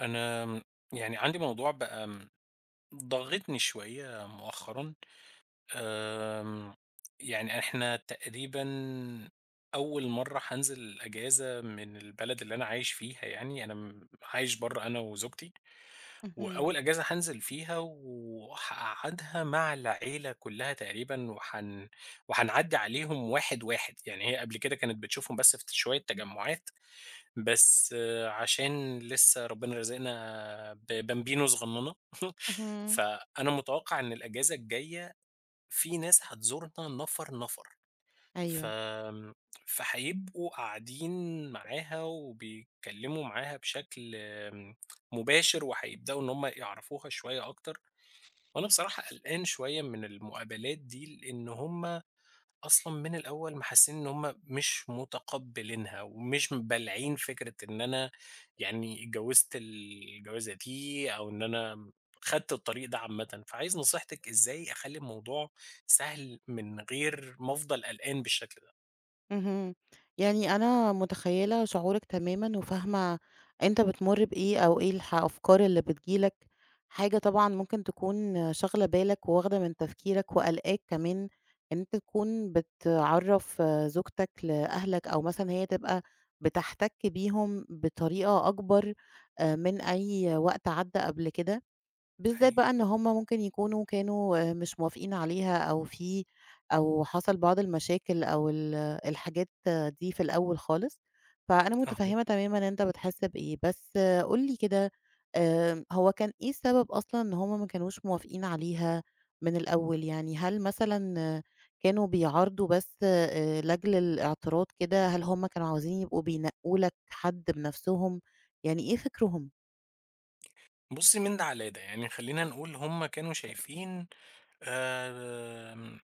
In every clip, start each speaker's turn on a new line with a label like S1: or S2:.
S1: أنا عندي موضوع بقى ضاغطني شوية مؤخرا، أم، يعني احنا تقريبا أول مرة هنزل الأجازة من البلد اللي أنا عايش فيها. يعني أنا عايش بره أنا وزوجتي،
S2: اهم،
S1: وأول أجازة هنزل فيها وهقعدها مع العيلة كلها تقريبا، وهنعدي عليهم واحد واحد. يعني هي قبل كده كانت بتشوفهم بس في شوية تجمعات، بس آه، عشان لسه ربنا رازقنا ببامبينو صغنّنة،
S2: اهم،
S1: فأنا متوقع إن الأجازة الجاية في ناس هتزورنا، نَفَر، نَفَر، ف
S2: أيوه،
S1: آمم، فهيبقوا قاعدين معاها وبيتكلّموا معاها بشكل مباشر، وهيبدؤوا إن هم يعرفوها شوية أكتر. وأنا بصراحة قلقان شوية من المقابلات دي، لإن هم أصلًا من الأول محسّسني إن هُم مش متقبّلينها ومش مبالعين فكرة إن أنا يعني اتجوّزت الجوازة دي، أو إن أنا خدت الطريق ده عامةً. فعايز نصيحتِك إزاي أخلّي الموضوع سهل من غير ما أفضل قلقان بالشكل ده؟
S2: اهم، يعني أنا متخيّلة شعورك تمامًا وفاهمة أنت بتمُر بإيه أو إيه الأفكار اللي بتيجي لك. حاجة طبعًا ممكن تكون شاغلة بالك وواخدة من تفكيرك وقالقاك كمان إن أنت تكون بتعرّف زوجتك لأهلك أو مثلًا هي تبقى بتحتَك بيهم بطريقة أكبر من أي وقت عدّى قبل كده. بالذات
S1: حقيقي.
S2: بقى إن هُم ممكن يكونوا كانوا مش موافقين عليها أو حصل بعض المشاكل أو الحاجات دي في الأول خالص. فأنا
S1: أها.
S2: متفهمة تمامًا ان أنت بتحس بإيه، بس قُل لي كده. هو كان إيه السبب أصلًا إن هُم ما كانوش موافقين عليها من الأول؟ يعني هل مثلًا كانوا بيعارضوا بس لأجل الاعتراض كده، هل هُم كانوا عاوزين يبقوا بينقّوا لك حد بنفسهم، يعني إيه فكرهم؟
S1: بُصّي، من ده على ده، يعني خلّينا نقول هُم كانوا شايفين آمم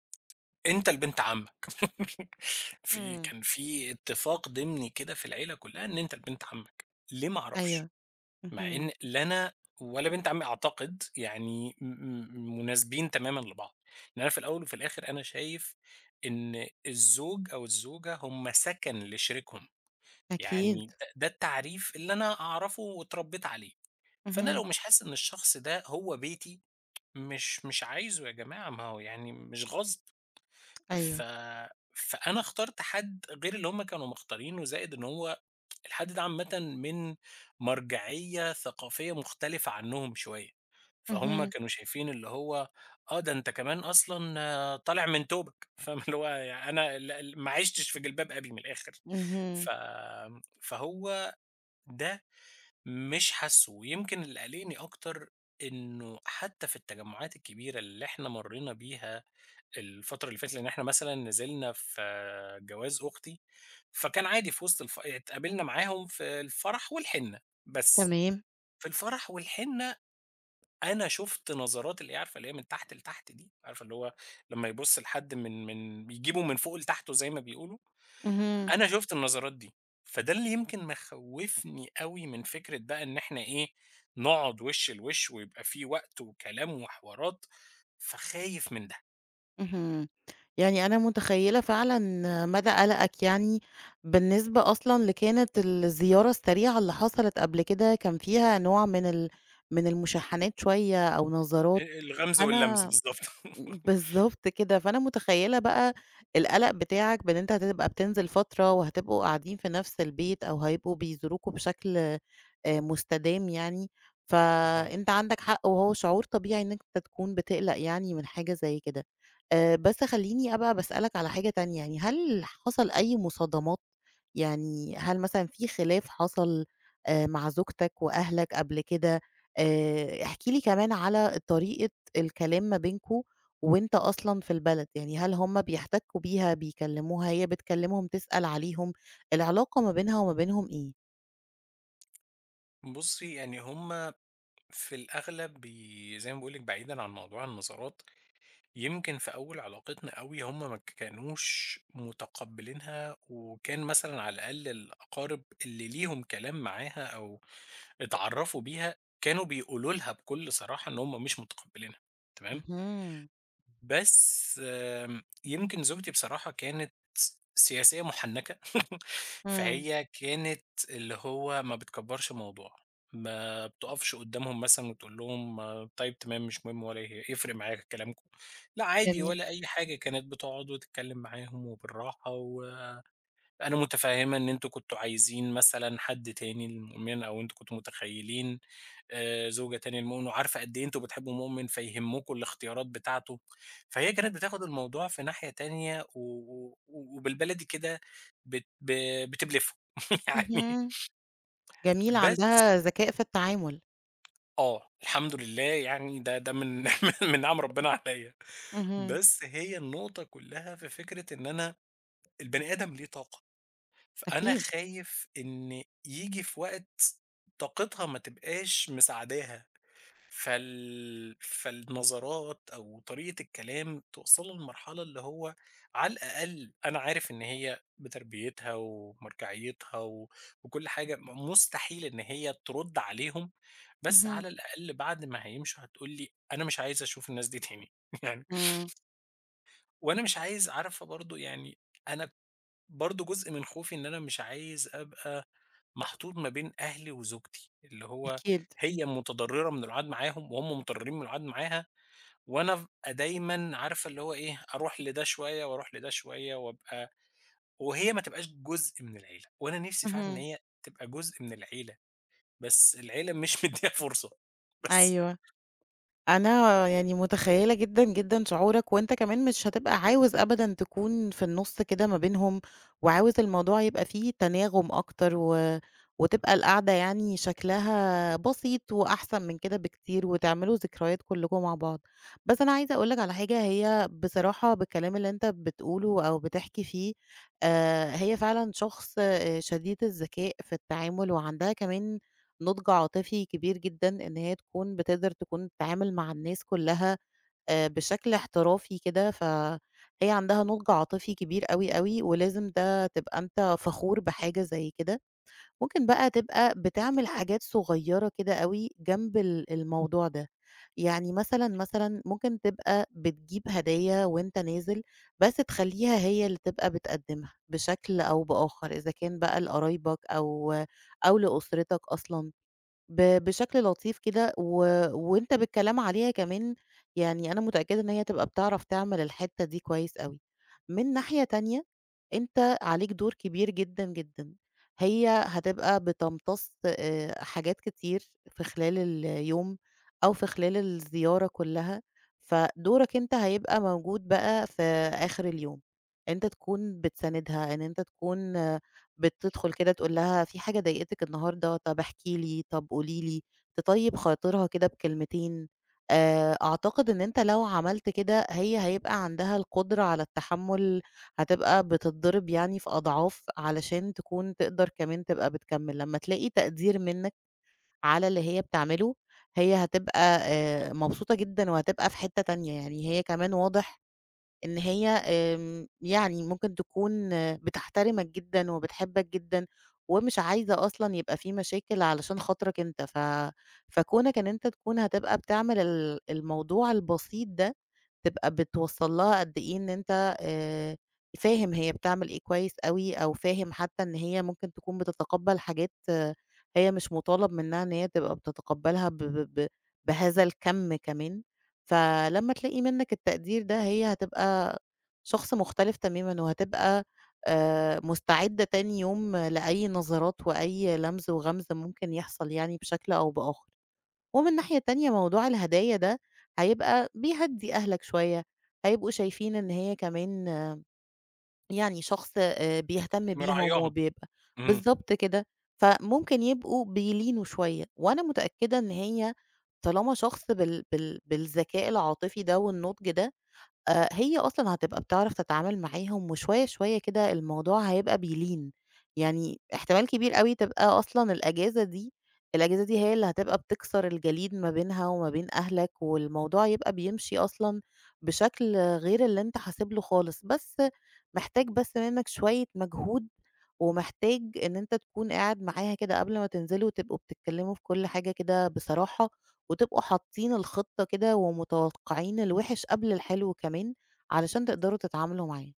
S1: أنت لبنت عمك.
S2: إمم،
S1: كان في اتفاق ضمني كده في العيلة كلّها إن أنت لبنت عمك، ليه ما أعرفش،
S2: أيوه،
S1: مع
S2: اهم.
S1: إن لا أنا ولا بنت عمي أعتقد يعني م م مناسبين تمامًا لبعض. لأن أنا في الأول وفي الآخر أنا شايف إن الزوج أو الزوجة هم سكن لشريكهم.
S2: أكيد،
S1: يعني ده التعريف اللي أنا أعرفه واتربيت عليه. فأنا لو
S2: اهم،
S1: مش حاسس إن الشخص ده هو بيتي، مش مش عايزه يا جماعة، ما هو يعني مش غصب. ف
S2: أيوه،
S1: فأنا اخترت حد غير اللي هم كانوا مختارينه، زائد إن هو الحد ده عامةً من مرجعية ثقافية مختلفة عنهم شوية. فهُم
S2: اهم،
S1: كانوا شايفين اللي هو آه، ده أنت كمان أصلًا آه، طالع من توبك، فاهم اللي هو، يعني أنا ال ال ما عِشتش في جلباب أبي من الآخر. ف
S2: اهم،
S1: فهو ده مش حاسُّه. ويمكن اللي قلقني أكتر إنه حتى في التجمعات الكبيرة اللي إحنا مرّينا بيها الفترة اللي فاتت، لإن إحنا مثلًا نزلنا في جواز أختي، فكان عادي في وسط اتقابلنا معاهم في الفرح والحنة، بس
S2: تمام،
S1: في الفرح والحنة أنا شُفت نظرات، اللي هي عارفة اللي هي من تحت لتحت دي، عارفة اللي هو لمّا يبُص لحد من بيجيبه من فوقه لتحته زي ما بيقولوا.
S2: اهم،
S1: أنا شُفت النظرات دي. فده اللي يمكن مخوّفني أوي من فكرة بقى إن إحنا إيه، نقعد وِش لوِش ويبقى في وقت وكلام وحوارات. فخايف من ده.
S2: اهم، يعني أنا متخيّلة فعلًا مدى قلقك، يعني بالنسبة أصلًا لكانت الزيارة السريعة اللي حصلت قبل كده كان فيها نوع من من المشاحنات شوية أو نظرات.
S1: الغمز واللمس
S2: أنا
S1: بالضبط.
S2: بالضبط كده، فأنا متخيّلة بقى القلق بتاعك بإن أنت هتبقى بتنزل فترة وهتبقوا قاعدين في نفس البيت أو هيبقوا بيزوروكوا بشكل مستدام يعني.
S1: أها.
S2: فأنت عندك حق وهو شعور طبيعي إنك أنت تكون بتقلق يعني من حاجة زي كده. بس خلّيني أبقى باسألك على حاجة تانية، يعني هل حصل أي مصادمات؟ يعني هل مثلًا في خلاف حصل مع زوجتك وأهلك قبل كده؟ احكِ لي كمان على طريقة الكلام ما بينكم وأنت أصلًا في البلد، يعني هل هُم بيحتكّوا بيها، بيكلّموها، هي بتكلّمهم تسأل عليهم، العلاقة ما بينها وما بينهم إيه؟
S1: بُصّي، يعني هُم في الأغلب زي ما باقول لِك بعيدًا عن موضوع النظرات، يمكن في أول علاقتنا أوي هُم ما كانوش متقبّلينها، وكان مثلًا على الأقل الأقارب اللي ليهم كلام معاها أو اتعرّفوا بيها، كانوا بيقولوا لها بكل صراحة إن هُم مش متقبّلينها، تمام؟
S2: اهم،
S1: بس آمم، يمكن زوجتي بصراحة كانت سياسية مُحنّكة.
S2: إمم،
S1: فهي كانت اللي هو ما بتكبّرش الموضوع، ما بتقفش قدّامهم مثلًا وتقول لهم آه، طيب تمام مش مهم ولا يفرق معايا كلامكم، لأ عادي
S2: جميل.
S1: ولا أي حاجة. كانت بتقعد وتتكلّم معاهم وبالراحة و أنا متفهّمة إن أنتم كنتم عايزين مثلًا حد تاني لمؤمن، أو أنتم كنتم متخيّلين زوجة تانية لمؤمن، وعارفة قد إيه أنتم بتحبّوا مؤمن، فيهمّكم الاختيارات بتاعته. فهي كانت بتاخد الموضوع في ناحية تانية و وبالبلدي كده بت ب بتبلفه يعني.
S2: اهم. جميل،
S1: بس
S2: عندها ذكاء في التعامل.
S1: آه، الحمد لله، يعني ده ده من من نعم ربنا عليّا.
S2: اهم.
S1: بس هي النقطة كلّها في فكرة إن أنا البني آدم ليه طاقة. فأنا
S2: أكيد.
S1: خايف إن ييجي في وقت طاقتها ما تبقاش مساعداها، فالنظرات أو طريقة الكلام توصّلها لمرحلة اللي هو، على الأقل أنا عارف إن هي بتربيتها ومرجعيتها و وكل حاجة مستحيل إن هي ترُد عليهم، بس
S2: اهم،
S1: على الأقل بعد ما هيمشوا هتقول لي: "أنا مش عايزة أشوف الناس دي تاني." يعني.
S2: إمم.
S1: وأنا مش عايز، عارفة برضه يعني، أنا برضه جزء من خوفي إن أنا مش عايز أبقى محطوط ما بين أهلي وزوجتي، اللي هو
S2: أكيد.
S1: هي متضرّرة من القعاد معاهم وهُم متضرّرين من القعاد معاها، وأنا أبقى دايمًا عارفة اللي هو إيه، أروح لده شوية وأروح لده شوية وأبقى، وهي ما تبقاش جزء من العيلة. وأنا نِفْسي فعلًا إن
S2: اهم.
S1: هي تبقى جزء من العيلة، بس العيلة مش مدّياها فرصة. بس
S2: أيوه. أنا يعني متخيّلة جدًا، جدًا شعورك، وأنت كمان مش هتبقى عاوز أبدًا تكون في النُص كده ما بينهم، وعاوز الموضوع يبقى فيه تناغم أكتر، و وتبقى القعدة يعني شكلها بسيط وأحسن من كده بكتير، وتعملوا ذكريات كلّكم مع بعض. بس أنا عايزة أقول لك على حاجة، هي بصراحة بالكلام اللي أنت بتقوله أو بتحكي فيه، هي فعلًا شخص شديد الذكاء في التعامل، وعندها كمان نضج عاطفي كبير جدًا إن هي تكون بتقدر تكون تتعامل مع الناس كلّها بشكل احترافي كده، فهي عندها نضج عاطفي كبير أوي، أوي، ولازم ده تبقى أنت فخور بحاجة زي كده. ممكن بقى تبقى بتعمل حاجات صغيّرة كده أوي جنب الموضوع ده. يعني مثلًا ممكن تبقى بتجيب هدايا وأنت نازل، بس تخلّيها هي اللي تبقى بتقدّمها بشكل أو بآخر، إذا كان بقى لقرايبك أو لأسرتك أصلًا. بشكل لطيف كده، و وأنت بالكلام عليها كمان، يعني أنا متأكدة إن هي هتبقى بتعرف تعمل الحتّة دي كويس أوي. من ناحية تانية، أنت عليك دور كبير جدًا، جدًا. هي هتبقى بتمتص حاجات كتير في خلال اليوم أو في خلال الزيارة كلّها، فدورك أنت هيبقى موجود بقى في آخر اليوم. أنت تكون بتساندها، إن أنت تكون بتدخل كده تقول لها في حاجة ضايقتِك النهارده، طب احكي لي، طب قولي لي، تطيّب خاطرها كده بكلمتين. أعتقد إن أنت لو عملت كده هي هيبقى عندها القدرة على التحمُّل، هتبقى بتتضرب يعني في أضعاف علشان تكون تقدر كمان تبقى بتكمّل. لمّا تلاقي تقدير منّك على اللي هي بتعمله، هي هتبقى مبسوطة جدًا وهتبقى في حتّة تانية، يعني هي كمان واضح إن هي يعني ممكن تكون بتحترمك جدًا وبتحبك جدًا، ومش عايزة أصلًا يبقى في مشاكل علشان خاطرك أنت. فكونك إن أنت تكون هتبقى بتعمل الموضوع البسيط ده تبقى بتوصّل لها قد إيه إن أنت فاهم هي بتعمل إيه كويس أوي، أو فاهم حتى إن هي ممكن تكون بتتقبّل حاجات هي مش مطالب منها إن هي تبقى بتتقبّلها ب ب ب بهذا الكَم كمان، فلمّا تلاقي منّك التقدير ده هي هتبقى شخص مختلف تمامًا، وهتبقى مستعدة تاني يوم لأي نظرات وأي لمْز وغَمْز ممكن يحصل يعني بشكل أو بآخر. ومن ناحية تانية موضوع الهدايا ده هيبقى بيهدّي أهلك شوية، هيبقوا شايفين إن هي كمان يعني شخص بيهتم بيهم
S1: مراعياهم.
S2: وبيبقى.
S1: إمم.
S2: بالضبط كده، فممكن يبقوا بيلينوا شوية، وأنا متأكدة إن هي طالما شخص بالذكاء العاطفي ده والنضج ده هي أصلًا هتبقى بتعرف تتعامل معاهم، وشوية، شوية كده الموضوع هيبقى بيلين. يعني احتمال كبير أوي تبقى أصلًا الأجازة دي هي اللي هتبقى بتكسر الجليد ما بينها وما بين أهلك، والموضوع يبقى بيمشي أصلًا بشكل غير اللي أنت حاسب له خالص، بس محتاج بس منّك شوية مجهود، ومحتاج إن أنت تكون قاعد معاها كده قبل ما تنزلوا، وتبقوا بتتكلموا في كل حاجة كده بصراحة، وتبقوا حاطين الخطة كده ومتوقعين الوِحِش قبل الحلو كمان، علشان تقدروا تتعاملوا معاه.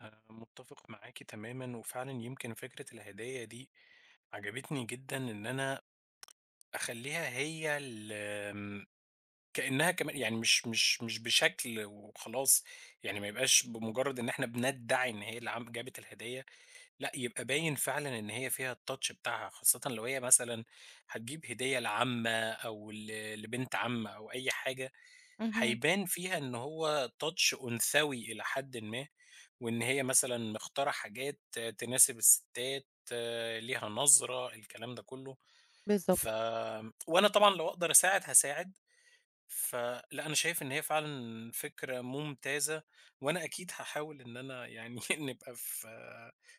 S1: أنا مُتّفق معاكِ تمامًا، وفعلًا يمكن فكرة الهدايا دي عجبتني جدًا. إن أنا أخلّيها هي ال آمم كأنها كمان، يعني مش مش بشكل وخلاص، يعني ما يبقاش بمجرّد إن إحنا بندّعي إن هي اللي جابت الهدية، لأ يبقى باين فعلًا إن هي فيها الtouch بتاعها، خاصةً لو هي مثلًا هتجيب هدية لعمّة أو لبنت عم أو أي حاجة،
S2: اهم،
S1: هيبان فيها إن هو touch أنثوي إلى حدٍ ما، وإن هي مثلًا مختارة حاجات تناسب الستات، آه، ليها نظرة، الكلام ده كلّه. ف
S2: بالضبط،
S1: وأنا طبعًا لو أقدر أساعد هاساعد. فلأ، أنا شايف إن هي فعلًا فكرة ممتازة. وأنا أكيد هاحاول إن أنا يعني نبقى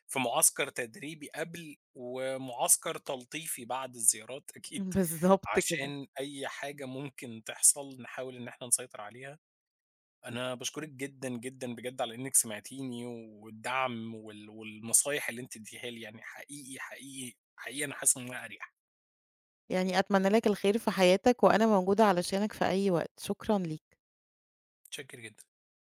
S1: في معسكر تدريبي قبل، ومعسكر تلطيفي بعد الزيارات أكيد،
S2: بالضبط كده.
S1: عشان أي حاجة ممكن تحصل نحاول إن إحنا نسيطر عليها. أنا باشكرِك جدًا، جدًا بجد على إنِّك سمعتيني، والدعم وال والنصايح اللي أنتِ اديتيها لي، يعني حقيقي، حقيقي، حقيقي أنا حاسس إن أنا أريح.
S2: يعني أتمنى لك الخير في حياتك، وأنا موجودة علشانك في أي وقت، شكرًا ليك.
S1: متشكر جدًا.